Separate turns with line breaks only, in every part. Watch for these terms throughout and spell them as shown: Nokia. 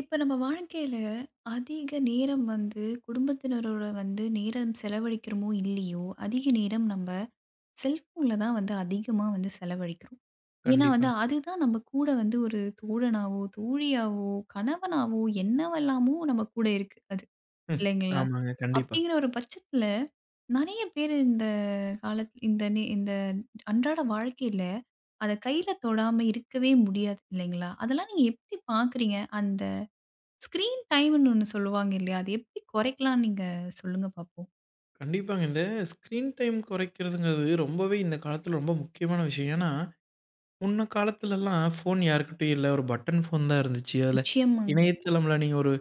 இப்ப நம்ம வாழ்க்கையில அதிக நேரம் வந்து குடும்பத்தினரோட வந்து நேரம் செலவழிக்கிறோமோ இல்லையோ, அதிக நேரம் நம்ப செல்ஃபோன்ல தான் வந்து அதிகமா வந்து செலவழிக்கிறோம். ஏன்னா வந்து
கண்டிப்பாங்க.
அதுதான் நம்ம கூட வந்து ஒரு தோழனாவோ, தோழியாவோ, கணவனாவோ என்னவெல்லாமோ நம்ம கூட இருக்கு அது.
ம்.
இல்லைங்களா?
ஆமாங்க. கண்டிப்பா.
அப்படிங்கிற ஒரு பட்சத்துல நெறைய பேர் இந்த காலத் இந்த நே இந்த அன்றாட வாழ்க்கையில அத கையில தொடாம இருக்கவே முடியாது இல்லைங்களா? அதெல்லாம் நீங்க எப்படி பார்க்குறீங்க? அந்த ஸ்க்ரீன் டைம்ன்னு ஒண்ணு சொல்லுவாங்க இல்லையா? அது எப்படி குறைக்கலாம் நீங்க சொல்லுங்க பாப்போம்?
கண்டிப்பாங்க. இந்த ஸ்க்ரீன் டைம் குறைக்கிறதுங்கிறது ரொம்பவே இந்த காலத்துல ரொம்ப முக்கியமான விஷயம். ஏன்னா, முன்ன காலத்துலலாம் ஃபோன் யார்கிட்டயும் இல்ல. ஒரு பட்டன் ஃபோன் தான் இருந்துச்சு. அதுல
நிச்சயமாங்க.
இணையதளம்ல நீங்க ஒரு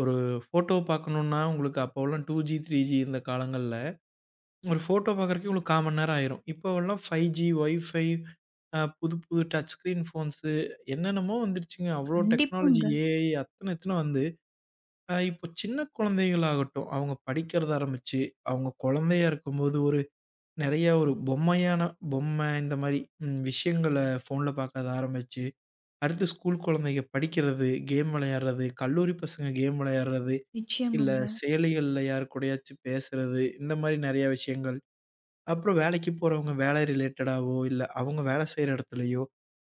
ஒரு ஃபோட்டோ பார்க்கணும்னா, உங்களுக்கு அப்போலாம் 2ஜி, 3ஜி இந்த காலங்கள்ல ஒரு ஃபோட்டோ பார்க்கறதுக்கே உங்களுக்கு 1/4 மணி நேரம் ஆயிரும். இப்போவெல்லாம் 5ஜி, வைஃபை புது புது டச் ஸ்க்ரீன் ஃபோன்ஸு என்னென்னமோ வந்துருச்சுங்க. அவ்ளோ டெக்னாலஜி,
கண்டிப்பாங்க.
ஏஐ அத்தன எத்தன வந்து இப்போ சின்ன குழந்தைகளாகட்டும், அவங்க படிக்கிறத ஆரம்பிச்சு, அவங்க குழந்தையா இருக்கும்போது ஒரு நெறைய ஒரு பொம்மையான பொம்மை இந்த மாரி விஷயங்கள ஃபோன்ல பார்க்க ஆரம்பிச்சு, அடுத்து ஸ்கூல் குழந்தைங்க படிக்கிறது, கேம் விளையாடுறது, கல்லூரி பசங்க கேம் விளையாடுறது, இல்ல
நிச்சயமாங்க.
செயலிகள்ல யார் கூடயாச்சும் பேசுறது, இந்த மாரி நெறைய விஷயங்கள். அப்புறம் வேலைக்கு போறவங்க வேலை ரிலேட்டடாவோ, இல்ல அவங்க வேலை செய்ற இடத்துலயோ,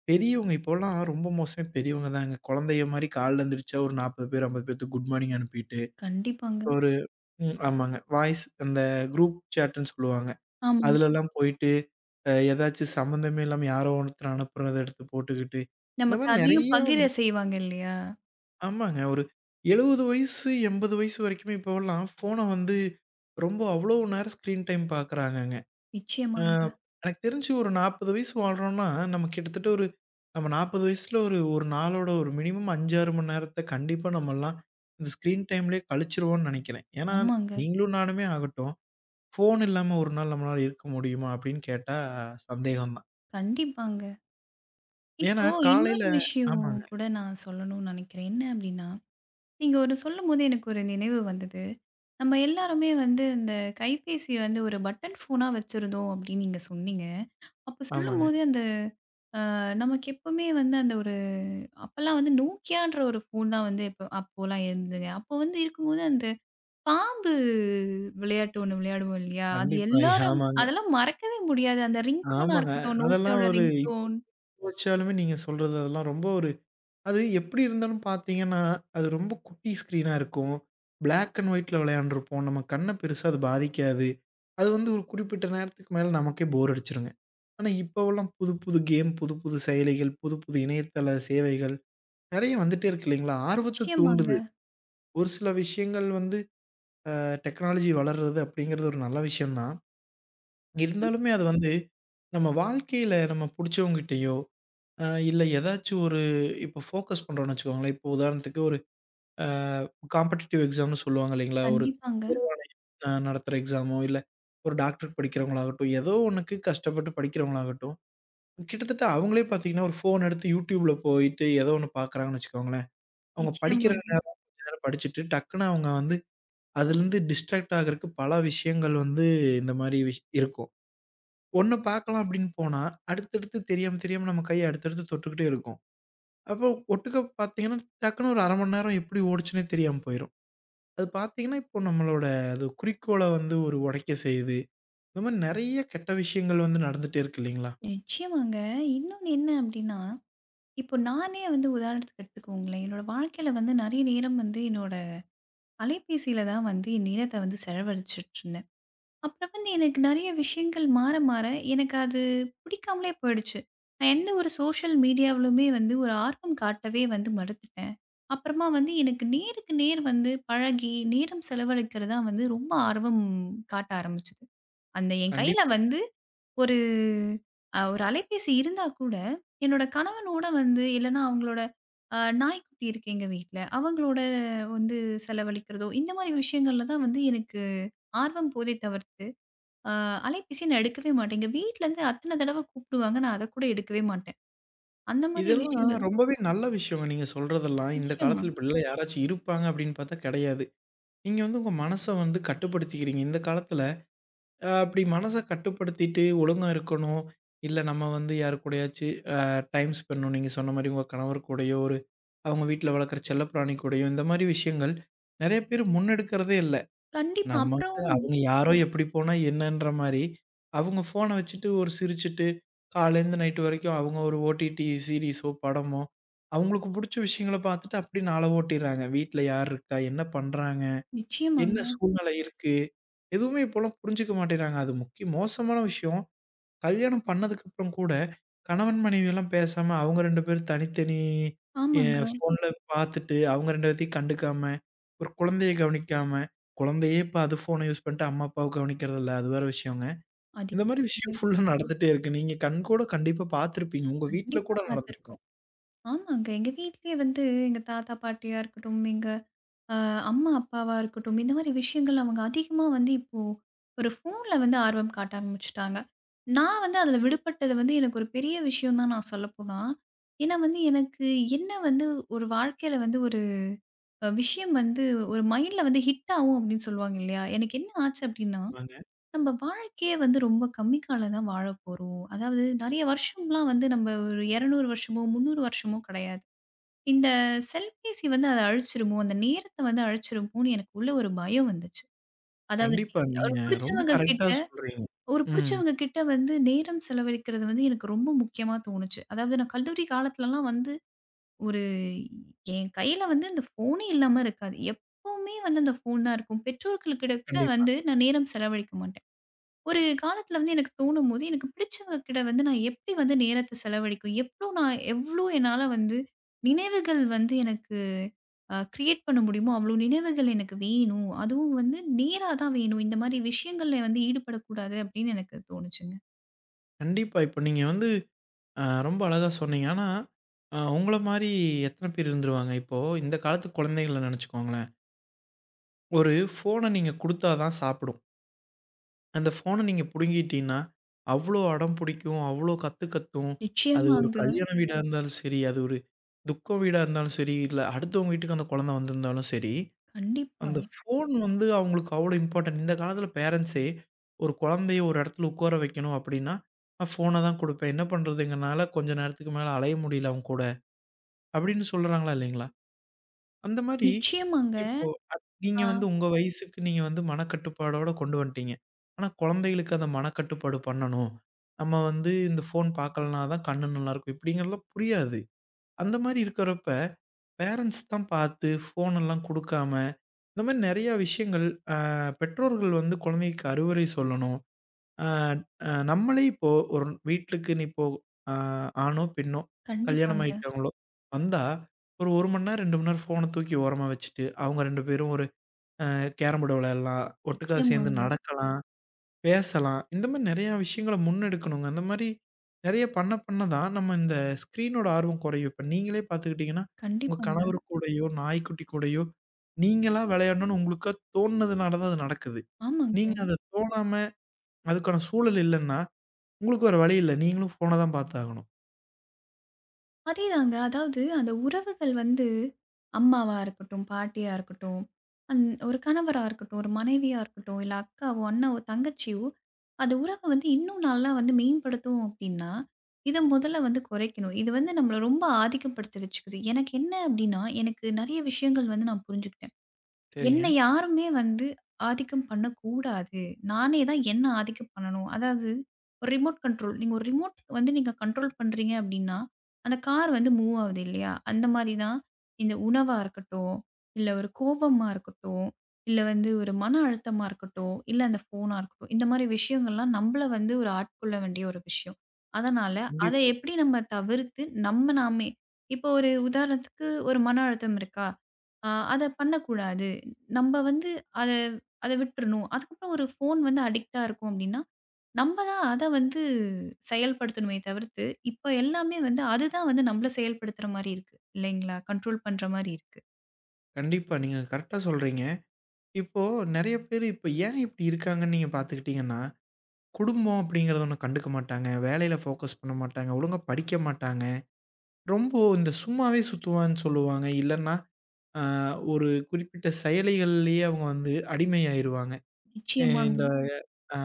பெரியவங்க இப்போலாம் ரொம்ப மோசமே பெரியவங்க தாங்க. குழந்தைக மாரி காலைல எந்திரிச்சா ஒரு 40 பேர், 50 பேத்துக்கு குட் மார்னிங் அனுப்பிட்டு
கண்டிப்பாங்க.
ஒரு ம். ஆமாங்க. வாய்ஸ் அந்த குரூப் சேட்டுன்னு சொல்லுவாங்க.
ஆமாங்க.
அதுலலாம் போயிட்டு, ஏதாச்சும் சம்மந்தமே இல்லாம யாரோ ஒருத்தர் அனுப்புறத எடுத்து போட்டுக்கிட்டு, இந்த
நமக்கு
மாரி
அதையும்
நெறைய
பகிர செய்வாங்க இல்லையா?
ஆமாங்க. ஒரு 70 வயசு, 80 வயசு வரைக்குமே இப்போலாம் ஃபோன வந்து ரொம்ப அவ்வளோ நேரம் ஸ்க்ரீன் டைம் பாக்குறாங்கங்க. ஆ,
நிச்சயமாங்க.
எனக்கு தெரிஞ்சு ஒரு 40 வயசு வாழ்றோம்னா, நம்ம கிட்டத்தட்ட ஒரு நம்ம 40 வயசுல ஒரு நாளோட ஒரு மினிமம் 5, 6 மணி நேரத்த கண்டிப்பா நம்மலாம் இந்த ஸ்க்ரீன் டைம்லயே கழிச்சிருவோம்னு நெனைக்கிறேன். ஏன்னா,
ஆமாங்க.
நீங்களும் நானுமே ஆகட்டும், ஃபோன் இல்லாம ஒரு நாள் நம்மளால இருக்க முடியுமா? அப்படின்னு கேட்டா சந்தேகம் தான்.
கண்டிப்பாங்க.
ஏன்னா,
இப்போ
காலையில
இன்னொரு விஷயம்
ஆமாங்க,
கூட நான் சொல்லணும்னு நெனைக்கிறேன். என்ன அப்படின்னா, நீங்க ஒரு சொல்லும்போது எனக்கு ஒரு நினைவு வந்தது. நம்ம எல்லாருமே வந்து இந்த கைபேசிய வந்து ஒரு பட்டன் ஃபோனா வச்சிருந்தோம் அப்படின்னு நீங்க சொன்னீங்க. அப்ப
ஆமாங்க.
சொல்லும்போது அந்த நமக்கு எப்பவுமே வந்து அந்த ஒரு அப்பல்லாம் வந்து Nokiaன்ற ஒரு ஃபோன் தான் வந்து இப்ப அப்போலாம் இருந்ததுங்க. அப்போ வந்து இருக்கும்போது அந்த பாம்பு விளையாட்டு ஒண்ணு விளையாடுவோம் இல்லையா? அது
கண்டிப்பா.
எல்லாரும்
ஆமாங்க,
அதெல்லாம் மறக்கவே முடியாது. அந்த ரிங் டோனா
ஆமாங்க.
இருக்கட்டும்,
அதெல்லாம்
Nokiaவோட
ஒரு
ரிங்
இப்போ
டோன்.
யோசிச்சாலுமே நீங்க சொல்றது அதெல்லாம் ரொம்ப ஒரு அது எப்படி இருந்தாலும் பார்த்தீங்கன்னா, அது ரொம்ப குட்டி ஸ்க்ரீனா இருக்கும். பிளாக் அண்ட் ஒயிட்ல விளையாண்டுருப்போம். நம்ம கண்ண பெருசா அது பாதிக்காது. அது வந்து ஒரு குறிப்பிட்ட நேரத்துக்கு மேல நமக்கே போர் அடிச்சுருங்க. ஆனா, இப்போவெல்லாம் புது புது கேம், புது புது செயலிகள், புது புது இணையதள சேவைகள் நெறைய வந்துட்டே இருக்கு இல்லைங்களா? ஆர்வத்த
நிச்சயமாங்க.
தூண்டுது. ஒரு சில விஷயங்கள் வந்து டெக்னாலஜி வளர்றது அப்படிங்கிறது ஒரு நல்ல விஷயம் தான். இருந்தாலுமே அது வந்து நம்ம வாழ்க்கையில நம்ம புடிச்சவங்கிட்டயோ, இல்ல ஏதாச்சும் ஒரு இப்போ ஃபோக்கஸ் பண்றோம்னு வச்சுக்கோங்களேன். இப்போ உதாரணத்துக்கு அ காம்படிட்டிவ் எக்ஸாம்னு சொல்லுவாங்க இல்லைங்களா? ஒரு ம்.
கண்டிப்பாங்க.
தேர்வாணை நடத்துற எக்ஸாமோ, இல்ல ஒரு டாக்டருக்கு படிக்கிறவங்களாகட்டும், ஏதோ ஒண்ணுக்கு கஷ்டப்பட்டு படிக்கிறவங்களாகட்டும், கிட்டத்தட்ட அவங்களே பார்த்தீங்கன்னா, ஒரு ஃபோன் எடுத்து YouTubeல போயிட்டு ஏதோ ஒண்ணு பார்க்குறாங்கன்னு வச்சுக்கோங்களேன். அவங்க படிக்கிற
நிச்சயமாங்க.
நேரம் கொஞ்ச நேரம் படிச்சுட்டு, டக்குனு அவங்க வந்து அதுலேருந்து டிஸ்ட்ராக்ட் ஆகுறக்கு பல விஷயங்கள் வந்து இந்த மாரி இருக்கும். ஒண்ணு பார்க்கலாம் அப்படின்னு போனா, அடுத்தடுத்து தெரியாம தெரியாம நம்ம கை அடுத்தடுத்து தொட்டுக்கிட்டே இருக்கும். அப்போ ஒட்டுக்க பார்த்தீங்கன்னா, டக்குனு ஒரு 1/2 மணி நேரம் எப்படி ஓடுச்சுன்னே தெரியாம போயிரும். அது பார்த்தீங்கன்னா, இப்போ நம்மளோட அது குறிக்கோள வந்து ஒரு உடைக்க செய்யுது. இந்த மாரி நெறைய கெட்ட விஷயங்கள் வந்து நடந்துட்டே இருக்கு இல்லைங்களா?
நிச்சயமாங்க. இன்னொன்னு என்ன அப்படின்னா, இப்போ நானே வந்து உதாரணத்துக்கு எடுத்துக்கோங்களேன். என்னோட வாழ்க்கையில வந்து நெறைய நேரம் வந்து என்னோட அலைபேசியில தான் வந்து என் நேரத்த வந்து செலவழிச்சுட்டுருந்தேன். அப்புறம் வந்து எனக்கு நெறைய விஷயங்கள் மாற, மாற எனக்கு அது பிடிக்காமலே போயிடுச்சு. நான் எந்த ஒரு சோஷியல் மீடியாவிலுமே வந்து ஒரு ஆர்வம் காட்டவே வந்து மறுத்துட்டேன். அப்புறமா வந்து எனக்கு நேருக்கு நேர் வந்து பழகி, நேரம் செலவழிக்கிறது தான் வந்து ரொம்ப ஆர்வம் காட்ட ஆரம்பிச்சது. அந்த என் கையில
கண்டிப்பா.
வந்து ஒரு ஒரு அலைபேசி இருந்தா கூட, என்னோட கணவனோட வந்து இல்லன்னா அவங்களோட நாய்க்குட்டி இருக்கு எங்க வீட்ல. அவங்களோட வந்து செலவழிக்கிறதோ, இந்த மாரி விஷயங்கள்ல தான் வந்து எனக்கு ஆர்வம் போதே தவிர்த்து அ அலைபேசிய நான் எடுக்கவே மாட்டேன். எங்க வீட்லருந்து அத்தன தடவ கூப்பிடுவாங்க. நான் அத கூட எடுக்கவே மாட்டேன். அந்த மாரி
இதெல்லாம்
விஷயங்கள்
ரொம்பவே நல்ல விஷயங்க நீங்க சொல்றதெல்லாம். இந்த
நிச்சயமா.
காலத்தில இப்படிலாம் யாராச்சும் இருப்பாங்க அப்படின்னு பார்த்தா கெடையாது. நீங்க வந்து உங்க மனச வந்து கட்டுப்படுத்திக்கிறீங்க. இந்த காலத்தில அப்படி மனச கட்டுப்படுத்திட்டு ஒழுங்கா இருக்கணும். இல்ல நம்ம வந்து யார் கூடயாச்சும் டைம் ஸ்பென்ட்ணும். நீங்க சொன்ன மாரி உங்க கணவர் கூடயோ, ஒரு அவங்க வீட்ல வளர்க்குற செல்லப்பிராணி கூடயோ, இந்த மாரி விஷயங்கள் நெறைய பேர் முன்னெடுக்கிறதே இல்ல.
கண்டிப்பா.
நமக்கு
அப்புறம்
அவங்க யாரோ எப்படி போனா என்னன்ற மாரி, அவங்க ஃபோன வச்சுட்டு ஒரு சிரிச்சுட்டு, காலையிலருந்து நைட்டு வரைக்கும் அவங்க ஒரு ஓடிடி சீரிஸோ, படமோ, அவங்களுக்கு புடிச்ச விஷயங்கள பார்த்துட்டு அப்படியே நாள ஓட்டிர்றாங்க. வீட்ல யார் இருக்கா? என்ன பண்றாங்க? என்ன
நிச்சயமாங்க.
சூழ்நிலை இருக்கு? எதுவுமே இப்போலாம் புரிஞ்சுக்க மாட்டேங்கிறாங்க. அது முக்கிய மோசமான விஷயம். கல்யாணம் பண்ணதுக்கப்புறம் கூட, கணவன் மனைவியெல்லாம் பேசாம அவங்க 2 பேரும் தனித்தனி எ
ஆமாங்க.
ஃபோன்ல பாத்துட்டு, அவங்க 2 பேத்தையும் கண்டுக்காம, ஒரு குழந்தைய கவனிக்காம, குழந்தையே இப்ப அது ஃபோன யூஸ் பண்ணிட்டு அம்மா, அப்பாவ கவனிக்கிறதில்ல. அது வேற விஷயங்க.
அது
இந்த மாரி
இங்க
விஷயம் ஃபுல்லா நடந்துட்டே இருக்கு. நீங்க கண்கூட கண்டிப்பா பாத்துருப்பீங்க. உங்க வீட்ல
கண்டிப்பா
கூட நடந்திருக்கும்.
பார்த்துருக்கோம். ஆமாங்க. எங்க வீட்லயே வந்து எங்க தாத்தா, பாட்டியா இருக்கட்டும், எங்க அ அம்மா, அப்பாவா இருக்கட்டும், இந்த மாரி விஷயங்கள் அவங்க அதிகமா வந்து இப்போ ஒரு ஃபோன்ல வந்து ஆர்வம் காட்ட ஆரம்பிச்சுட்டாங்க. நான் வந்து அதுல விடுபட்டது வந்து எனக்கு ஒரு பெரிய விஷயம் தான் நான் சொல்லப்போனா. ஏன்னா வந்து எனக்கு என்ன வந்து ஒரு வாழ்க்கையில வந்து ஒரு விஷயம் வந்து ஒரு மைண்ட்ல வந்து ஹிட் ஆகும் அப்படின்னு சொல்லுவாங்க இல்லையா? எனக்கு என்ன ஆச்சு அப்படின்னா,
ஆமாங்க.
நம்ம வாழ்க்கையே வந்து ரொம்ப கம்மி காலம் தான் வாழப் போறோம். அதாவது நெறைய வருஷம்லாம் வந்து நம்ம ஒரு 200 வருஷமோ, 300 வருஷமோ கிடையாது. இந்த செல்பேசி வந்து அத அழிச்சிருமோ, அந்த நேரத்த வந்து அழிச்சிருமோன்னு எனக்கு உள்ள ஒரு பயம் வந்துச்சு. அதாவது
கண்டிப்பா.
ஒரு
நீங்க ரொம்ப
புடிச்சவங்க
கரெக்ட்டா
கிட்ட
சொல்றீங்க. ம்.
வந்து நேரம் செலவழிக்கிறது வந்து எனக்கு ரொம்ப முக்கியமா தோணுச்சு. அதாவது நான் கல்லூரி காலத்துலலாம் வந்து ஒரு என் கையில வந்து அந்த ஃபோனே இல்லாம இருக்காது. எப்பவுமே வந்து அந்த ஃபோன் தான் இருக்கும். பெற்றோர்கள்கிட்ட கூட
கண்டிப்பா.
வந்து நான் நேரம் செலவழிக்க மாட்டேன். ஒரு காலத்தில வந்து எனக்கு தோணும்போது, எனக்கு பிடிச்சவங்க கிட்ட வந்து நான் எப்படி வந்து நேரத்த செலவழிக்கும்? எவ்ளோ நான் எவ்ளோ என்னால வந்து நினைவுகள் வந்து எனக்கு கிரியேட் பண்ண முடியுமோ, அவ்ளோ நினைவுகள் எனக்கு வேணும். அதுவும் வந்து நேரா தான் வேணும். இந்த மாரி விஷயங்கள்ல வந்து ஈடுபடக்கூடாது அப்படின்னு எனக்கு தோணுச்சுங்க.
கண்டிப்பா. இப்ப நீங்க வந்து ரொம்ப அழகா சொன்னீங்க. ஆனா, உங்கள மாரி எத்தன பேர் இருந்துருவாங்க? இப்போ இந்த காலத்து குழந்தைகள நெனச்சுக்கோங்களேன். ஒரு ஃபோன நீங்க குடுத்தா தான் சாப்பிடும். அந்த ஃபோன நீங்க புடுங்கிட்டீன்னா, அவ்ளோ அடம் புடிக்கும், அவ்ளோ கத்து கத்தும். அது ஒரு
நிச்சயமாங்க.
கல்யாண வீடா இருந்தாலும் சரி, அது ஒரு துக்க வீடா இருந்தாலும் சரி, இல்ல அடுத்தவங்க வீட்டுக்கு அந்த குழந்தை வந்திருந்தாலும் சரி,
கண்டிப்பா.
அந்த ஃபோன் வந்து அவங்களுக்கு அவ்ளோ இம்பார்ட்டன்ட். இந்த காலத்தில பேரண்ட்ஸே ஒரு குழந்தைய ஒரு இடத்துல உட்கார வைக்கணும் அப்டின்னா, நான் ஃபோன தான் குடுப்பேன். என்ன பண்றதுங்கனால கொஞ்ச நேரத்துக்கு மேல அலைய முடியல அவங்க கூட. அப்படின்னு சொல்றாங்களா இல்லைங்களா? அந்த மாரி,
நிச்சயமாங்க.
இப்போ நீங்க
ஆ
வந்து உங்க வயசுக்கு நீங்க வந்து மனக்கட்டுப்பாடோட கொண்டு வந்துட்டீங்க. ஆனா குழந்தைகளுக்கு அந்த மனக்கட்டுப்பாடு பண்ணணும். நம்ம வந்து இந்த ஃபோன் பார்க்கலனா தான் கண்ணு நல்லாயிருக்கும். இப்படிங்கிறதெல்லாம் புரியாது. அந்த மாரி இருக்கிறப்ப, பேரண்ட்ஸ் தான் பார்த்து ஃபோன் எல்லாம் குடுக்காம, இந்த மாரி நெறையா விஷயங்கள், அ பெற்றோர்கள் வந்து குழந்தைக்கு அறிவுரை சொல்லணும். ஆ, அ நம்மளே இப்போ ஒரு வீட்டுக்குன்னு இப்போ ஆ ஆணோ, பெண்ணோ கல்யாணம்
கண்டிப்பாங்க.
ஆயிட்டவங்களோ வந்தா, ஒரு 1 மணி நேரம், 2 மணி நேரம் ஃபோன தூக்கி ஓரமா வச்சுட்டு, அவங்க 2 பேரும் ஒரு கேரம் போர்டு விளையாடலாம், ஒட்டுக்கா சேர்ந்து
நிச்சயமாங்க.
நடக்கலாம், பேசலாம். இந்த மாரி நெறையா விஷயங்கள முன்னெடுக்கணுங்க. அந்த மாரி நெறைய பண்ண பண்ண தான் நம்ம இந்த ஸ்க்ரீனோட ஆர்வம் குறையும். இப்ப நீங்களே பார்த்துக்கிட்டீங்கன்னா, உங்க
கண்டிப்பாங்க.
கணவர் கூடயோ, நாய்க்குட்டி கூடயோ நீங்களா விளையாடணும்னு உங்களுக்கா தோணுனதுனால தான் அது நடக்குது. நீங்க
ஆமாங்க.
அத தோணாம அதுக்கான சூழல் இல்லன்னா உங்களுக்கு வேற வழி இல்ல. நீங்களும் ஃபோன தான் பார்த்தாகணும்.
அதேதாங்க. அதாவது அந்த உறவுகள் வந்து அம்மாவா இருக்கட்டும், பாட்டியா இருக்கட்டும், அந் ஒரு கணவரா இருக்கட்டும், ஒரு மனைவியா இருக்கட்டும், இல்ல அக்காவோ, அண்ணாவோ, தங்கச்சியோ, அந்த உறவ வந்து இன்னும் நல்லா வந்து மேம்படுத்தும் அப்டின்னா, இத முதல்ல வந்து குறைக்கணும். இது வந்து நம்மள ரொம்ப ஆதிக்கம் படுத்த வச்சுக்குது. எனக்கு என்ன அப்டின்னா, எனக்கு நெறைய விஷயங்கள் வந்து நான் புரிஞ்சுக்கிட்டேன்.
சரிங்க.
என்ன யாருமே வந்து ஆதிக்கம் பண்ணக்கூடாது. நானே தான் என்ன ஆதிக்கம் பண்ணணும். அதாவது ஒரு ரிமோட் கண்ட்ரோல். நீங்க ஒரு ரிமோட் வந்து நீங்க கண்ட்ரோல் பண்றீங்க அப்டின்னா, அந்த கார் வந்து மூவ் ஆவுது இல்லையா? அந்த மாரி தான் இந்த உணவா இருக்கட்டும், இல்ல ஒரு கோவமா இருக்கட்டும், இல்ல வந்து ஒரு மன அழுத்தமா இருக்கட்டும், இல்ல அந்த ஃபோனா இருக்கட்டும். இந்த மாரி விஷயங்கள்லாம் நம்பள வந்து ஒரு ஆட்கொள்ள வேண்டிய ஒரு விஷயம். அதனால அத
கண்டிப்பா,
எப்டி நம்ம தவிர்த்து நம்ம நாமே இப்போ ஒரு உதாரணத்துக்கு ஒரு மன அழுத்தம் இருக்கா? அத பண்ணக்கூடாது. நம்ம வந்து அத அத விட்டுறணும். அதுக்கப்புறம் ஒரு ஃபோன் வந்து அடிக்ட்டா இருக்கோம் அப்டின்னா, நம்ம தான் அத வந்து செயல்படுத்தணுமே தவிர்த்து, இப்ப எல்லாமே வந்து அதுதான் வந்து நம்மள செயல்படுத்துற மாரி இருக்கு. இல்லைங்களா? கண்ட்ரோல் பண்ற மாரி இருக்கு.
கண்டிப்பா. நீங்க கரெக்ட்டா சொல்றீங்க. இப்போ நெறைய பேரு இப்ப ஏன் இப்டி இருக்காங்கன்னு நீங்க பார்த்துக்கிட்டீங்கன்னா, குடும்பம் அப்படிங்கிறத ஒண்ணு கண்டுக்க மாட்டாங்க. வேலையில ஃபோக்கஸ் பண்ண மாட்டாங்க. ஒழுங்கா படிக்க மாட்டாங்க. ரொம்ப இந்த சும்மாவே சுத்துவான்னு சொல்லுவாங்க. இல்லன்னா, அ ஒரு குறிப்பிட்ட செயலிகள்லயே அவங்க வந்து அடிமையாயிருவாங்க. அ
நிச்சயமாங்க.
இந்த அ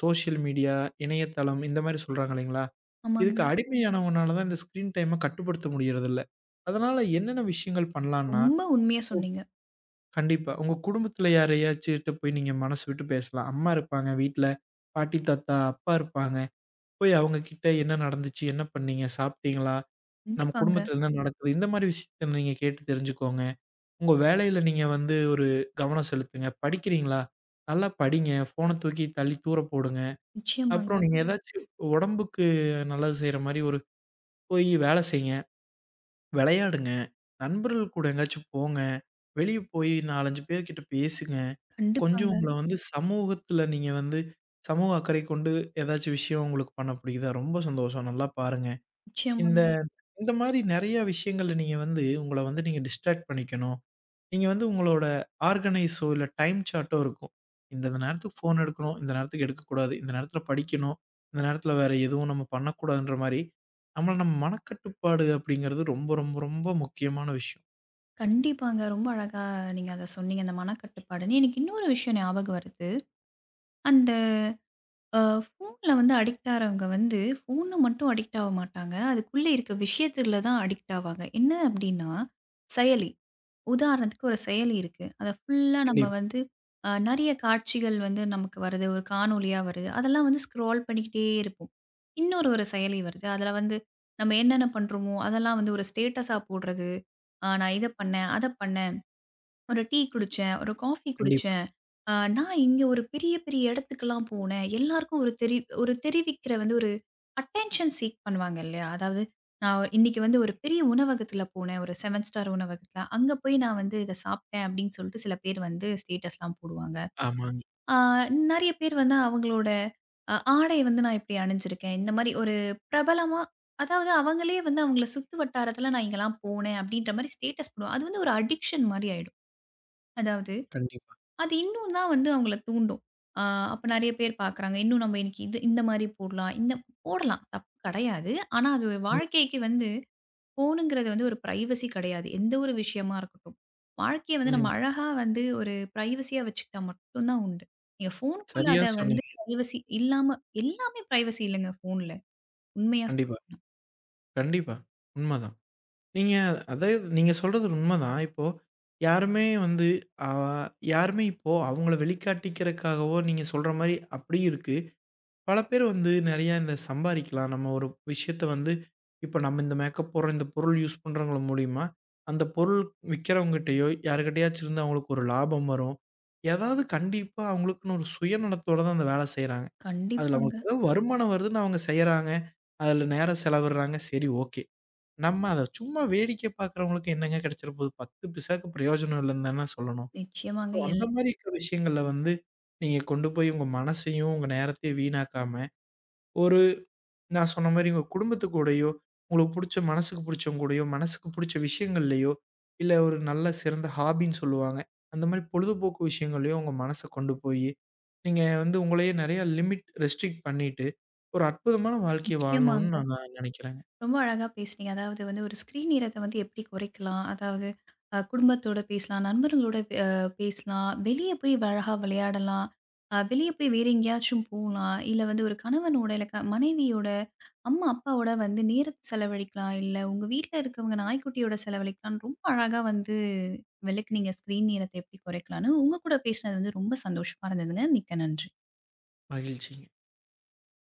சோசியல் மீடியா, இணையதளம் இந்த மாரி சொல்றாங்க இல்லைங்களா?
ஆமாங்க.
இதுக்கு அடிமையானவனால தான் இந்த ஸ்க்ரீன் டைம கட்டுப்படுத்த முடியறதில்ல. அதனால என்னென்ன விஷயங்கள் பண்ணலான்னா,
ரொம்ப உண்மையா சொன்னீங்க.
கண்டிப்பா உங்க குடும்பத்தில யாரையாச்சுட்ட போய் நீங்க மனசு விட்டு பேசலாம். அம்மா இருப்பாங்க வீட்ல, பாட்டி, தாத்தா, அப்பா இருப்பாங்க. போய் அவங்க கிட்ட என்ன நடந்துச்சு? என்ன பண்ணீங்க? சாப்பிட்டீங்களா? நம்ம
கண்டிப்பாங்க.
குடும்பத்தில என்ன நடக்குது? இந்த மாரி விஷயத்த நீங்க கேட்டு தெரிஞ்சுக்கோங்க. உங்க வேலையில நீங்க வந்து ஒரு கவனம் செலுத்துங்க. படிக்கிறீங்களா? நல்லா படிங்க. ஃபோன தூக்கி தள்ளி தூர போடுங்க.
நிச்சயமாங்க.
அப்புறம் நீங்க ஏதாச்சும் உடம்புக்கு நல்லது செய்ற மாரி ஒரு போய் வேலை செய்யுங்க. விளையாடுங்க. நண்பர்கள் கூட எங்கேயாச்சும் போங்க. வெளிய போய் 4, 5 பேர்கிட்ட பேசுங்க. கொஞ்சம்
கண்டிப்பாங்க.
உங்கள வந்து சமூகத்துல நீங்க வந்து சமூக அக்கறை கொண்டு ஏதாச்சும் விஷயம் உங்களுக்கு பண்ண புடிக்குதா? ரொம்ப சந்தோஷம். நல்லா பாருங்க. இந்த
நிச்சயமாங்க.
இந்த மாரி நெறைய விஷயங்கள்ல நீங்க வந்து உங்கள வந்து நீங்க டிஸ்ட்ராக்ட் பண்ணிக்கணும். நீங்க வந்து உங்களோட ஆர்கனைஸோ, இல்ல டைம் சார்ட்டோ இருக்கும். இந்த இந்த நேரத்துக்கு ஃபோன் எடுக்கணும், இந்த நேரத்துக்கு எடுக்கக்கூடாது, இந்த நேரத்துல படிக்கணும், இந்த நேரத்துல வேற எதுவும் நம்ம பண்ணக்கூடாதுன்ற மாரி, நம்மள நம்ம மனக்கட்டுப்பாடு அப்படிங்கிறது ரொம்ப, ரொம்ப, ரொம்ப முக்கியமான விஷயம்.
கண்டிப்பாங்க. ரொம்ப அழகா நீங்க அத சொன்னீங்க. அந்த மனக்கட்டுப்பாடுன்னு. எனக்கு இன்னொரு விஷயம் ஞாபகம் வருது. அந்த ஃபோன்ல வந்து அடிக்ட் ஆறவங்க வந்து, ஃபோனு மட்டும் அடிக்ட் ஆக மாட்டாங்க. அதுக்குள்ள இருக்க விஷயத்துல தான் அடிக்ட் ஆவாங்க. என்ன அப்டின்னா, செயலி. உதாரணத்துக்கு ஒரு செயலி இருக்கு. அத ஃபுல்லா நம்ம
கண்டிப்பா,
வந்து நெறைய காட்சிகள் வந்து நமக்கு வருது. ஒரு காணொளியா வருது. அதெல்லாம் வந்து ஸ்க்ரால் பண்ணிக்கிட்டே இருப்போம். இன்னொரு ஒரு செயலி வருது. அதுல வந்து நம்ம என்னென்ன பண்றோமோ, அதெல்லாம் வந்து ஒரு ஸ்டேட்டஸா போடுறது. நான் இத பண்ணேன், அத பண்ணேன். ஒரு டீ குடிச்சேன், ஒரு காஃபி
கண்டிப்பா.
குடிச்சேன். நான் இங்க ஒரு பெரிய பெரிய இடத்துக்குலாம் போனேன். எல்லாருக்கும் ஒரு தெரிவிக்கிற வந்து ஒரு அட்டென்ஷன் சீக் பண்ணுவாங்க இல்லையா? அதாவது நான் இன்னைக்கு வந்து ஒரு பெரிய உணவகத்துல போனேன். ஒரு 7 ஸ்டார் உணவகத்துல. அங்க போய் நான் வந்து இத சாப்பிட்டேன் அப்படின்னு சொல்லிட்டு சில பேர் வந்து ஸ்டேட்டஸ்லாம் போடுவாங்க.
ஆமாங்க.
அ நெறைய பேர் வந்து அவங்களோட ஆடைய வந்து நான் இப்படி அணிஞ்சிருக்கேன். இந்த மாரி ஒரு பிரபலமா அதாவது அவங்களே வந்து அவங்கள சுத்து வட்டாரத்துல நான் இங்கலாம் போனேன் அப்படின்ற மாரி ஸ்டேட்டஸ் போடுவா அது வந்து ஒரு அடிக்ஷன் மாரி ஆயிடும். அதாவது
கண்டிப்பா.
அது இன்னும் தான் வந்து அவங்கள தூண்டும். ஆ அப்ப நெறைய பேர் பார்க்குறாங்க. இன்னும் நம்ம இன்னைக்கு இது இந்த மாரி போடலாம். இந்த போடலாம். தப்பு கெடையாது. ஆனா அது ஒரு
ம்,
வாழ்க்கைக்கு வந்து ஃபோனுங்கிறது வந்து ஒரு பிரைவசி கெடையாது. எந்த ஒரு விஷயமா இருக்கட்டும். வாழ்க்கைய வந்து
ம்.
நம்ம அழகா வந்து ஒரு பிரைவசியா வச்சுக்கிட்டா மட்டும் தான் உண்டு. நீங்க ஃபோனுக்குள்ள
சரியா
அத வந்து
சொன்னீங்க.
பிரைவசி இல்லாம எல்லாமே பிரைவசி இல்லங்க ஃபோன்ல. உண்மையா
கண்டிப்பா,
சொல்லணும்னா.
கண்டிப்பா. உண்மதான். நீங்க அதே நீங்க சொல்றது உண்மதான். இப்போ யாருமே வந்து, ஆ யாருமே இப்போ அவங்கள வெளிக்காட்டிக்கிறக்காகவோ, நீங்க சொல்ற மாரி அப்படியும் இருக்கு. பல பேர் வந்து நெறையா இந்த சம்பாரிக்கலாம். நம்ம ஒரு விஷயத்த வந்து இப்ப நம்ம இந்த மேக்கப் போடுறோம், இந்த பொருள் யூஸ் பண்றவங்க மூலியமா, அந்த பொருள் விக்கிறவங்ககிட்டயோ, யாருகிட்டயாச்சும் இருந்து அவங்களுக்கு ஒரு லாபம் வரும். ஏதாவது கண்டிப்பா அவங்களுக்குன்னு ஒரு சுயநலத்தோட தான் அந்த வேலை செய்றாங்க. அதுல
கண்டிப்பாங்க.
அவங்களுக்கு ஏதோ வருமானம் வருதுன்னு அவங்க செய்றாங்க. அதுல நேரம் செலவிடுறாங்க. சரி ஓகே. நம்ம அத சும்மா வேடிக்கை பார்க்குறவங்களுக்கு என்னங்க கிடைச்சிற போது? 10 பைசாக்கு பிரயோஜனம் இல்லன்னு தான சொல்லணும்.
நிச்சயமாங்க.
ஸோ அந்த மாரி இருக்கிற விஷயங்கள்ல வந்து, நீங்க கொண்டு போய் உங்க மனசையும், உங்க நேரத்தையும் வீணாக்காம ஒரு நான் சொன்ன மாரி உங்க குடும்பத்து கூடயோ, உங்களுக்கு புடிச்ச மனசுக்கு புடிச்சவங்க கூடயோ, மனசுக்கு புடிச்ச விஷயங்கள்லயோ, இல்ல ஒரு நல்ல சிறந்த ஹாபின்னு சொல்லுவாங்க. அந்த மாரி பொழுதுபோக்கு விஷயங்கள்லயோ உங்க மனச கொண்டு போயி, நீங்க வந்து உங்களையே நெறைய லிமிட் ரெஸ்ட்ரிக்ட் பண்ணிட்டு, ஒரு அற்புதமான வாழ்க்கைய வாழணும்னு
நிச்சயமாங்க.
நான் நெனைக்கிறேங்க.
ரொம்ப அழகா பேசுனீங்க. அதாவது வந்து ஒரு ஸ்க்ரீன் நேரத்த வந்து எப்படி குறைக்கலாம்? அதாவது குடும்பத்தோட பேசலாம், நண்பர்களோட அ பேசலாம், வெளிய போய் அழகா விளையாடலாம், வெளிய போய் வேற எங்கேயாச்சும் போலாம், இல்ல வந்து ஒரு கணவனோட, இல்ல மனைவியோட, அம்மா, அப்பாவோட வந்து நேரத்த செலவழிக்கலாம், இல்ல உங்க வீட்ல இருக்கவங்க நாய்க்குட்டியோட செலவழிக்கலாம்ன்னு ரொம்ப அழகா வந்து விளக்குனீங்க. ஸ்க்ரீன் நேரத்த எப்படி குறைக்கலான்னு. உங்க கூட பேசினது வந்து ரொம்ப சந்தோஷமா இருந்ததுங்க. மிக்க நன்றி.
மகிழ்ச்சி.